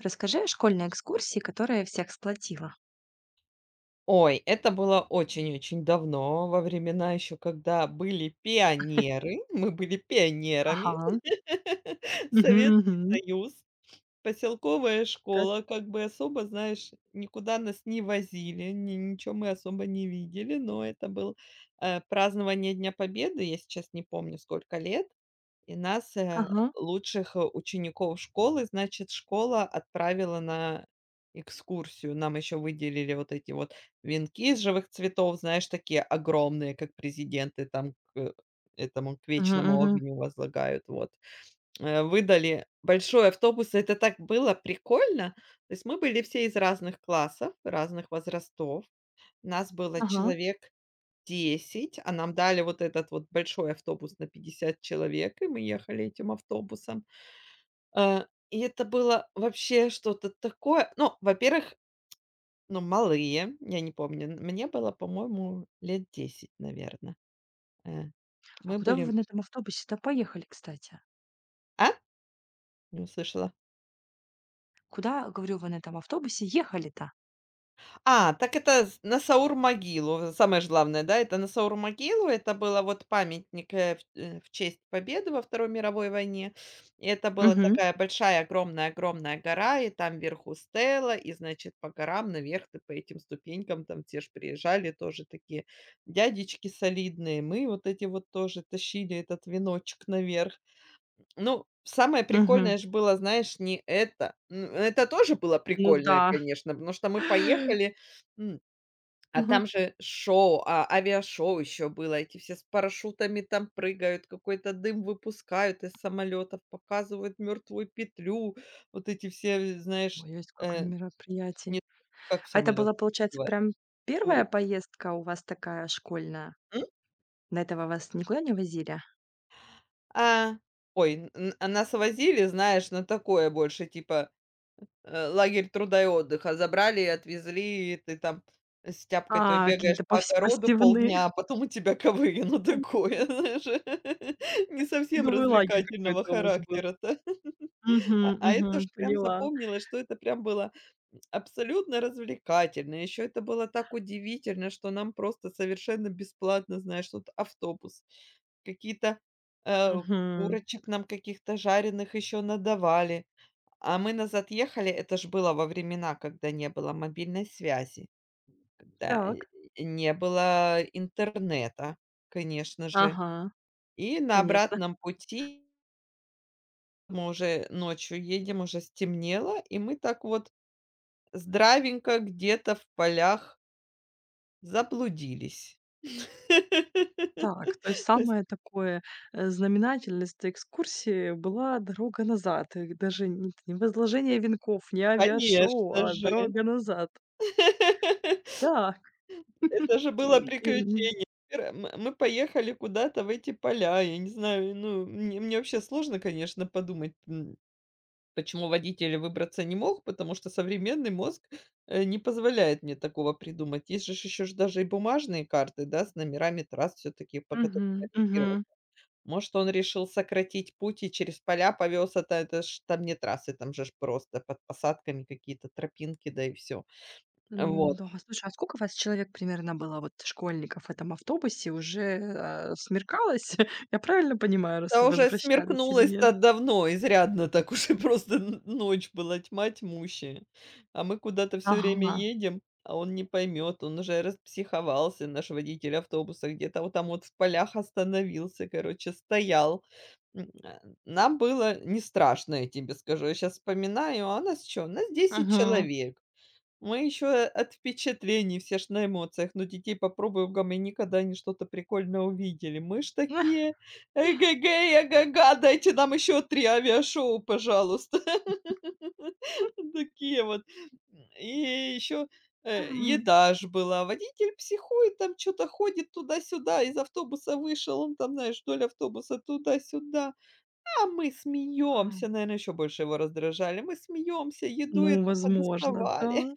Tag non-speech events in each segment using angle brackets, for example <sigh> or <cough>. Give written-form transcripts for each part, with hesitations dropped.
Расскажи о школьной экскурсии, которая всех сплотила. Ой, это было очень-очень давно, во времена еще, когда были пионеры. Мы были пионерами. Ага. <laughs> Мгм, Советский мгм. Союз, поселковая Так. школа, как бы особо, знаешь, никуда нас не возили, ни ничего мы особо не видели, но это был, празднование Дня Победы. Я сейчас не помню, сколько лет. И нас, Ага. лучших, учеников школы, значит, школа отправила на экскурсию. Нам еще выделили вот эти вот венки из живых цветов, знаешь, такие огромные, как президенты там к этому, к Мгм, вечному мгм. огню возлагают, вот. Выдали большой автобус, и это так было прикольно. То есть мы были все из разных классов, разных возрастов. Нас было Ага. человек 10, а нам дали вот этот вот большой автобус на 50 человек, и мы ехали этим автобусом. Э, и это было вообще что-то такое. Ну, во-первых, ну, малые, я не помню. Мне было, по-моему, лет 10, наверное. А Мы куда вы были. на этом автобусе-то поехали, кстати? А? Не услышала. Куда, говорю, вы на этом автобусе ехали-то? А, так это с на Саур-могилу. Самое ж главное, да, это на Саур-могилу. Это было вот памятник, в честь победы во Второй мировой войне. И это была Мгм, такая большая, огромная-огромная гора, и там вверху стела, и, значит, по горам наверх ты по этим ступенькам, там те ж приезжали тоже такие дядечки солидные. Мы вот эти вот тоже тащили этот веночек наверх. Ну, самое мгм. прикольное же было, знаешь, не это. Н это тоже было Ну прикольное, да. конечно, потому что мы <laughs> поехали, м, а Мгм. там же авиашоу еще было. Эти все с парашютами там прыгают, какой-то дым выпускают из самолетов, показывают "Мертвую петлю". Вот эти все, знаешь, Ой, сколько э, мероприятий. не как в А это самолетах была, получается, называется, прям первая туры. поездка у вас такая школьная? М? До этого вас никуда не возили? А, ой, а нас возили, знаешь, на такое больше типа лагерь труда и отдыха. Забрали и отвезли, и ты там с тяпкой той А, бегаешь какие-то по повсе огороду посевные. полдня, а потом у тебя КВН. Ну, <laughs> такое, <laughs> знаешь, <laughs> не совсем Трудовой лагерь развлекательного какой-то у вас был. характера-то. Мгм, А мгм. это ж прям Поняла. запомнилось, что это прям было абсолютно развлекательно. Еще это было так удивительно, что нам просто совершенно бесплатно, знаешь, вот автобус, какие-то, э, Мгм. курочек нам каких-то жареных еще надавали. А мы назад ехали, это ж было во времена, когда не было мобильной связи, да, Так. не было интернета, конечно же. Ага. И на Конечно. обратном пути мы уже ночью едем, уже стемнело, и мы так вот здравенько где-то в полях заблудились. <laughs> Так, то есть самое такое, знаменательное с этой экскурсии была дорога назад. И даже не возложение венков, не авиашоу, Конечно а же. дорога назад. <laughs> Да Это же было и, м, приключение. Пер м мы поехали куда-то в эти поля. Я не знаю, ну, мне вообще сложно, конечно, подумать, почему водитель выбраться не мог, потому что современный мозг, не позволяет мне такого придумать. Есть же ж еще ж даже и бумажные карты, да, с номерами трасс все-таки, по которым мгм, мгм. ориентироваться. Может, он решил сократить путь и через поля повез, а та это ж там не трассы, там же ж просто под посадками какие-то тропинки, да и все. Ну Вот. да. Слушай, а сколько вас человек примерно было, вот, школьников в этом автобусе? Уже, смеркалось? <laughs> Я правильно понимаю, раз Да вы уже возвращались или нет? смеркнулось-то давно, изрядно так уже <laughs> просто н ночь была, тьма тьмущая. А мы куда-то все время Ага. едем, а он не поймет, он уже распсиховался, наш водитель автобуса, где-то вот там вот в полях остановился, короче, стоял. М, а, Нам было не страшно, я тебе скажу. Я сейчас вспоминаю, а нас чё? Нас 10 Угу. человек. Мы еще от впечатлений, все ж на эмоциях. Но детей попробуй угомони, никогда они что-то прикольное увидели. Мы ж <laughs> такие: "Эгегей, ага-га, дайте нам еще 3 авиашоу, пожалуйста". <laughs> Такие вот. И еще, М, еда ж была. Водитель психует, там что то ходит туда-сюда, из автобуса вышел, он там, знаешь, вдоль автобуса туда-сюда. А мы м. смеемся, наверное, еще больше его раздражали. Мы смеемся, еду Ну, эту возможно, подоставали. да.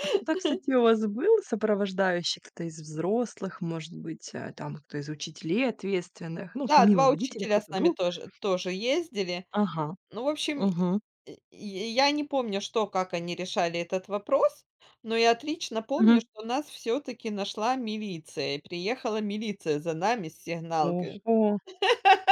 А кто, кстати, у вас был сопровождающий? Кто-то из взрослых, может быть, там кто из учителей ответственных? Ну, Да, помимо 2 водителя учителя с кто-то нами был? тоже ездили. Ага. Ну, в общем, и Мгм. и я не помню, что, как они решали этот вопрос, но я отлично помню, Мгм. что нас все таки нашла милиция. И приехала милиция за нами с сигналкой. Ого,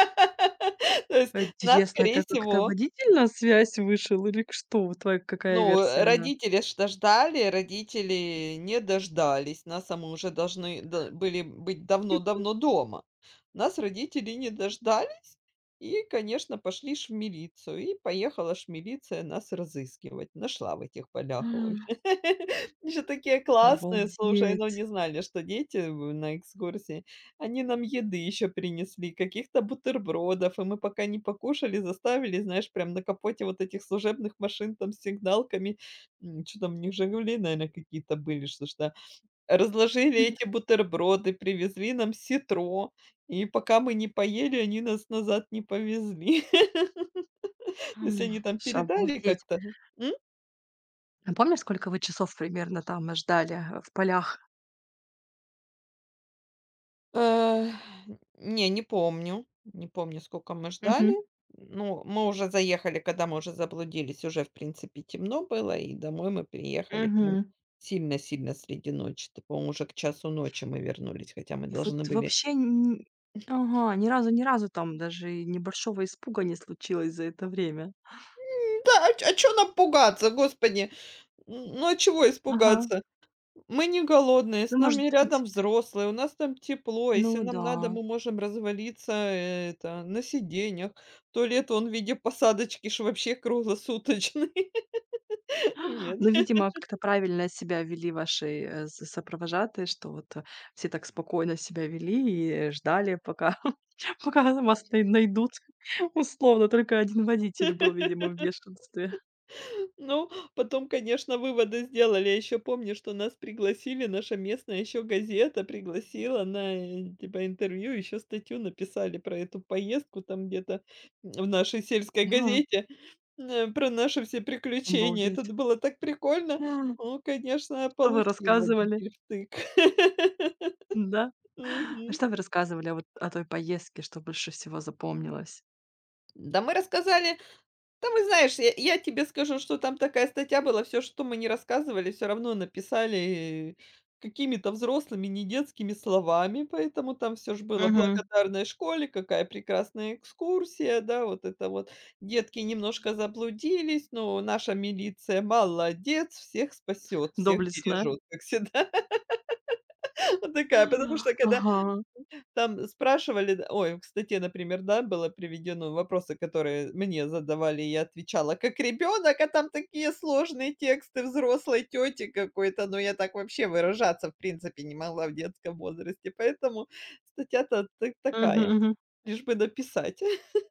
<laughs> То есть нас, интересно, скорее это как-то всего. водитель на связь вышел или к что? Вот твоя какая Ну, версия, да? родители что ждали, родители не дождались. Нас, а мы уже должны д были быть давно-давно дома. Нас родители не дождались и, конечно, пошли ж в милицию. И поехала ж милиция нас разыскивать. Нашла в этих полях М, вообще. <laughs> Они же такие классные, слушай, но обалдеть. не знали, что дети в на экскурсии. Они нам еды еще принесли, каких-то бутербродов, и мы пока не покушали, заставили, знаешь, прям на капоте вот этих служебных машин там с сигналками, что чё там, у них "Жигули", наверно, какие-то были, что ж, да. Разложили эти бутерброды, привезли нам ситро, и пока мы не поели, они нас назад не повезли. <laughs> То есть М, они там ш передали обалдеть. как-то. А помнишь, сколько вы часов примерно там ждали, в полях? Э, Не, не помню. Не помню, сколько мы ждали. Мгм. Ну, мы уже заехали, когда мы уже заблудились, уже, в принципе, темно было, и домой мы приехали прям Мгм. сильно-сильно среди ночи. Это, по-моему, уже к часу ночи мы вернулись, хотя мы И вот должны были. вообще н Ага, ни разу там даже и небольшого испуга не случилось за это время. Да, а чё нам пугаться, господи? Н ну, а чего Ага. испугаться? Мы не голодные, Ну, с может нами быть рядом взрослые, у нас там тепло. ну Если нам да. надо, мы можем развалиться, на сиденьях. Туалет, он в виде посадочки ж вообще круглосуточный. <laughs> Нет. Ну, видимо, как-то правильно себя вели ваши, э, с сопровожатые, что вот, все так спокойно себя вели и ждали, пока <laughs> пока вас найдут. <laughs> Условно, только один водитель был, видимо, в бешенстве. Ну, потом, конечно, выводы сделали. Я еще помню, что нас пригласили, наша местная еще газета пригласила на, типа, интервью, еще статью написали про эту поездку там где-то в нашей сельской Ага, газете, про наши все приключения. Это обалдеть. было так прикольно. <laughs> Ну, конечно, Что вы получил рассказывали? водитель втык. <laughs> Да? А Мгм. что вы рассказывали о о той поездке, что больше всего запомнилось? Да, мы рассказали. Там, и знаешь, я тебе скажу, что там такая статья была, все, что мы не рассказывали, все равно написали какими-то взрослыми, не детскими словами, поэтому там все ж было: Мгм. "Благодарная школе, какая прекрасная экскурсия", да, вот это вот. "Детки немножко заблудились, но наша милиция молодец, всех спасет, всех Доблестно. бережет", как всегда. <laughs> Вот такая, потому что когда Ага. там спрашивали, да, ой, в статье, например, да, было приведено вопросы, которые мне задавали, и я отвечала как ребенок, а там такие сложные тексты взрослой тети какой-то, но я так вообще выражаться, в принципе, не могла в детском возрасте, поэтому статья-то та Мгм, такая, мгм. лишь бы написать. <laughs>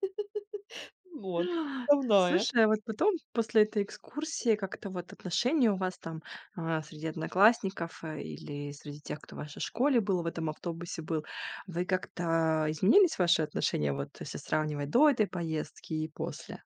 Вот, составная. Слушай, а вот потом, после этой экскурсии, как-то вот отношения у вас там, среди одноклассников, или среди тех, кто в вашей школе был, в этом автобусе был, вы как-то изменились ваши отношения, вот если сравнивать до этой поездки и после?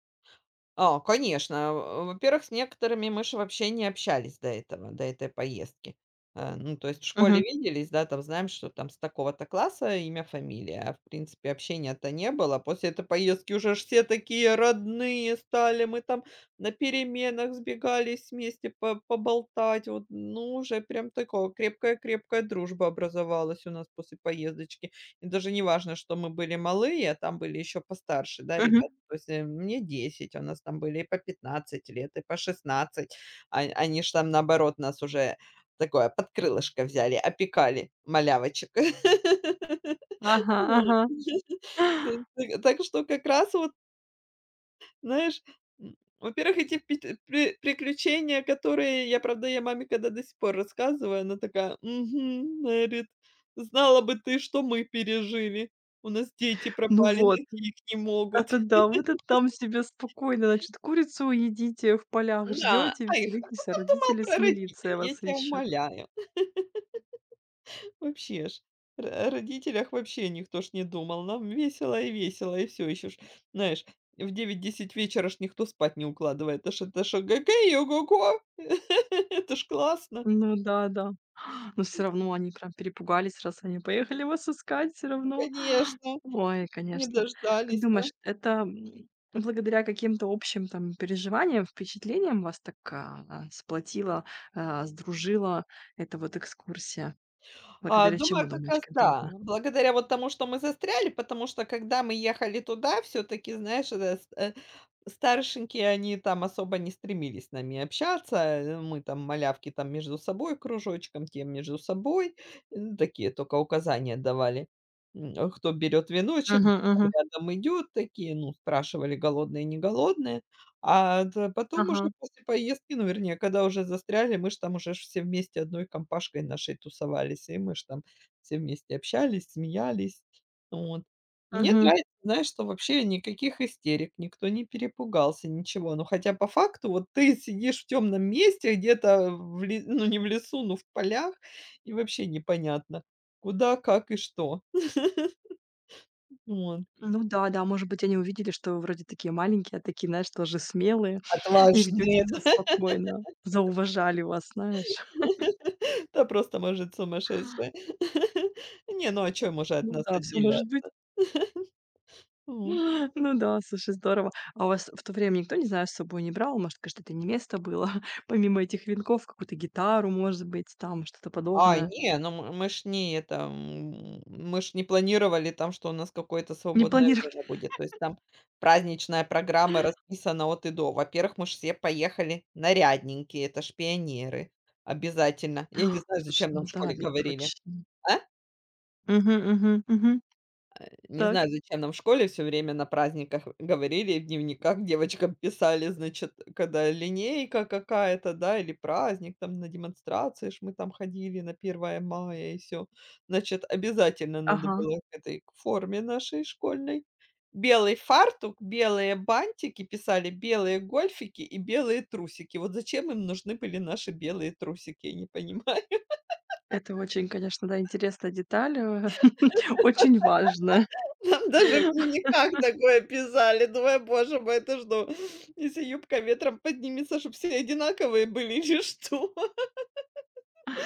А, конечно. В во-первых, с некоторыми мы ж вообще не общались до этого, до этой поездки. Ну, то есть в школе Мгм, виделись, да, там знаем, что там с такого-то класса имя, фамилия, а в принципе общения-то не было. После этой поездки уже ж все такие родные стали, мы там на переменах сбегались вместе по поболтать. Вот, ну, уже прям такое крепкая-крепкая дружба образовалась у нас после поездочки. И даже не важно, что мы были малые, а там были еще постарше, да, мгм. ребята. То есть, мне 10, у нас там были и по 15 лет, и по 16. Ань они ж там, наоборот, нас уже такое под крылышко взяли, опекали, малявочек. <laughs> Ага, Вот. ага. <laughs> Да, так что как раз вот, знаешь, во-первых, эти пет пе приключения, которые я, правда, я маме когда до сих пор рассказываю, она такая: "Мгм". Говорит: "Знала бы ты, что мы пережили. У нас дети Ну пропали, вот. найти их не могут". Да-да-да, вы то там себе спокойно, значит, курицу едите, в полях Да, ждете, а их а кто веселитесь, а там думал родители с про милицией родителей, я вас тебя ищут. умоляю. Вообще ж. Ро о родителях вообще никто ж не думал. Нам весело и весело, и все, еще ж, знаешь, в 9-10 вечера ж никто спать не укладывает. Это ж ГГ и ого-го! <laughs> Это ж классно. Ну да-да. <gasps> Но все равно они прям перепугались, раз они поехали вас искать, все Ну, равно. <gasps> конечно, Ой, не конечно. Как дождались, да. думаешь, это, благодаря каким-то общим там переживаниям, впечатлениям вас так, сплотила, сдружила эта вот экскурсия? А, Благодаря чему, думаю, как думаешь, раз да. конкретно? Благодаря вот тому, что мы застряли, потому что, когда мы ехали туда, все таки знаешь, старшенькие, они там особо не стремились с нами общаться. Мы там малявки там между собой кружочком, тем между собой. Ну, такие только указания давали. Кто берет веночек, Мгм, кто там мгм. рядом идет, такие, ну, спрашивали, голодные, не голодные. А т потом уже Ага. после поездки, ну, вернее, когда уже застряли, мы ж там уже ж все вместе одной компашкой нашей тусовались, и мы ж там все вместе общались, смеялись. Вот. Мне Мгм. нравится, знаешь, что вообще никаких истерик, никто не перепугался, ничего. Ну, хотя по факту вот ты сидишь в темном месте где-то в ле ну, не в лесу, но в полях, и вообще непонятно, куда, как и что. Вот. Ну да-да, может быть, они увидели, что вы вроде такие маленькие, а такие, знаешь, тоже смелые <laughs> и Отважные. ведете себя спокойно. Зауважали вас, знаешь. <laughs> Да просто, может, сумасшедшая. <laughs> Не, ну а чё может от Ну нас да, все отделят? может быть. Мгм. <laughs> Ну да, слушай, здорово. А у вас в то время никто, не знаю, с собой не брал? Может, конечно, это не место было, <laughs> помимо этих венков, какую-то гитару, может быть, там что-то А, подобное? не, ну мы ж не это, мы ж не планировали там, что у нас какое-то Не свободное планировали? время будет. То есть там праздничная программа расписана от и до. Во-первых, мы ж все поехали нарядненькие, это ж пионеры, обязательно. Я не <gasps> знаю, Слушай, зачем нам ну в да, школе ведь говорили. точно. А? Угу, угу, угу. Не Так. знаю, зачем нам в школе все время на праздниках говорили, и в дневниках девочкам писали, значит, когда линейка какая-то, да, или праздник, там на демонстрации ж мы там ходили на Первое мая и все, значит, обязательно надо Ага. было к форме нашей школьной. Белый фартук, белые бантики, писали белые гольфики и белые трусики. Вот зачем им нужны были наши белые трусики, я не понимаю. Это очень, конечно, да, интересная деталь, <laughs> очень важная. Нам даже в дневниках такое писали. Думаю, боже мой, это что, если юбка ветром поднимется, чтобы все одинаковые были или что?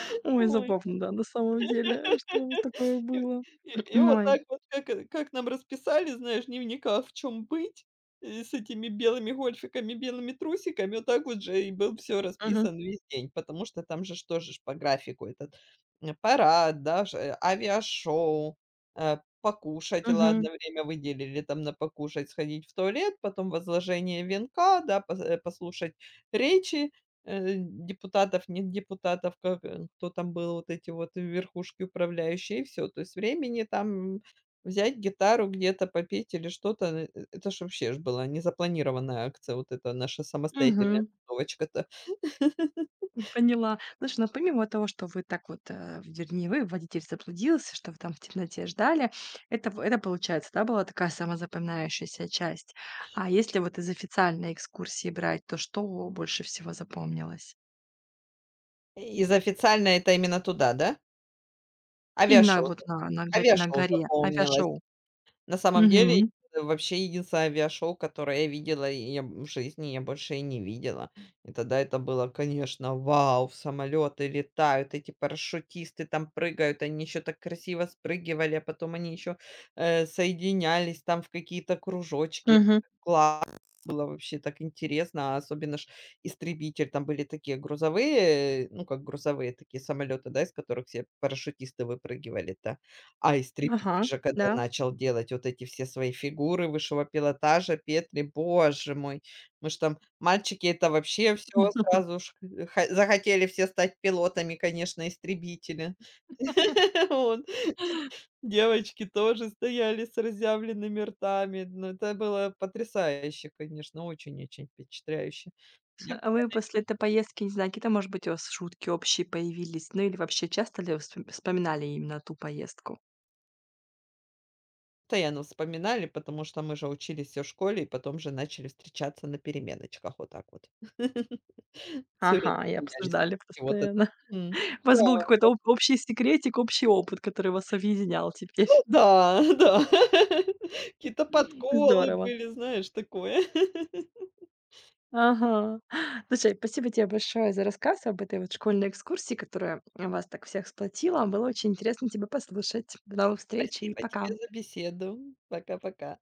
<laughs> Ой, Ой. забавно, да, на самом деле, что вот такое И было. и вот Ой, так вот, как нам расписали, знаешь, в дневниках, в чем быть, с этими белыми гольфиками, белыми трусиками, вот так вот же и был все мгм, расписан весь день, потому что там же что же ж по графику этот, парад, да, авиашоу, покушать, мгм, ладно, время выделили там на покушать, сходить в туалет, потом возложение венка, да, послушать речи депутатов, нет депутатов, как, кто там был, вот эти вот верхушки управляющие, и всё. То есть времени там взять гитару где-то попеть или что-то, это ж вообще ж была незапланированная акция, вот эта наша самостоятельная мгм. тусовочка-то. <laughs> Поняла. Слушай, ну помимо того, что вы так вот, вернее, вы, водитель заблудился, что вы там в темноте ждали, это, это получается, да, была такая самозапоминающаяся часть. А если вот из официальной экскурсии брать, то что больше всего запомнилось? Из официально это именно туда, да? Именно Авиашоу, вот на авиашоу горе, запомнилось. авиашоу. На самом Угу, деле, это вообще единственное авиашоу, которое я видела, и я в жизни я больше и не видела. И тогда это было, конечно, вау, самолеты летают, эти парашютисты там прыгают, они еще так красиво спрыгивали, а потом они еще соединялись там в какие-то кружочки. мгм. Класс. Было вообще так интересно, а особенно ж "Истребитель". Там были такие грузовые, ну, как грузовые такие самолеты, да, из которых все парашютисты выпрыгивали-то. А Ага, "Истребитель" же когда да. начал делать вот эти все свои фигуры высшего пилотажа, петли, боже мой! Мы ж там, мальчики, это вообще все <laughs> сразу ж х захотели все стать пилотами, конечно, истребители. <laughs> Вот. Девочки тоже стояли с разъявленными ртами. Но это было потрясающе, конечно, очень-очень впечатляюще. Я А вы после этой поездки, не знаю, какие-то, может быть, у вас шутки общие появились? Ну или вообще часто ли вы вспоминали именно ту поездку? Постоянно вспоминали, потому что мы же учились всё в школе и потом же начали встречаться на переменочках вот так вот. <laughs> Всё время Ага, и смеялись с обсуждали чего-то там. постоянно. <laughs> М. У Да, вас был какой-то об общий секретик, общий опыт, который вас объединял теперь. да, <laughs> да. Какие-то <laughs> подколы Здорово. были, знаешь, такое. <laughs> Ага. Слушай, спасибо тебе большое за рассказ об этой вот школьной экскурсии, которая вас так всех сплотила. Было очень интересно тебя послушать. До новых встреч и Спасибо пока. тебе за беседу. Пока-пока.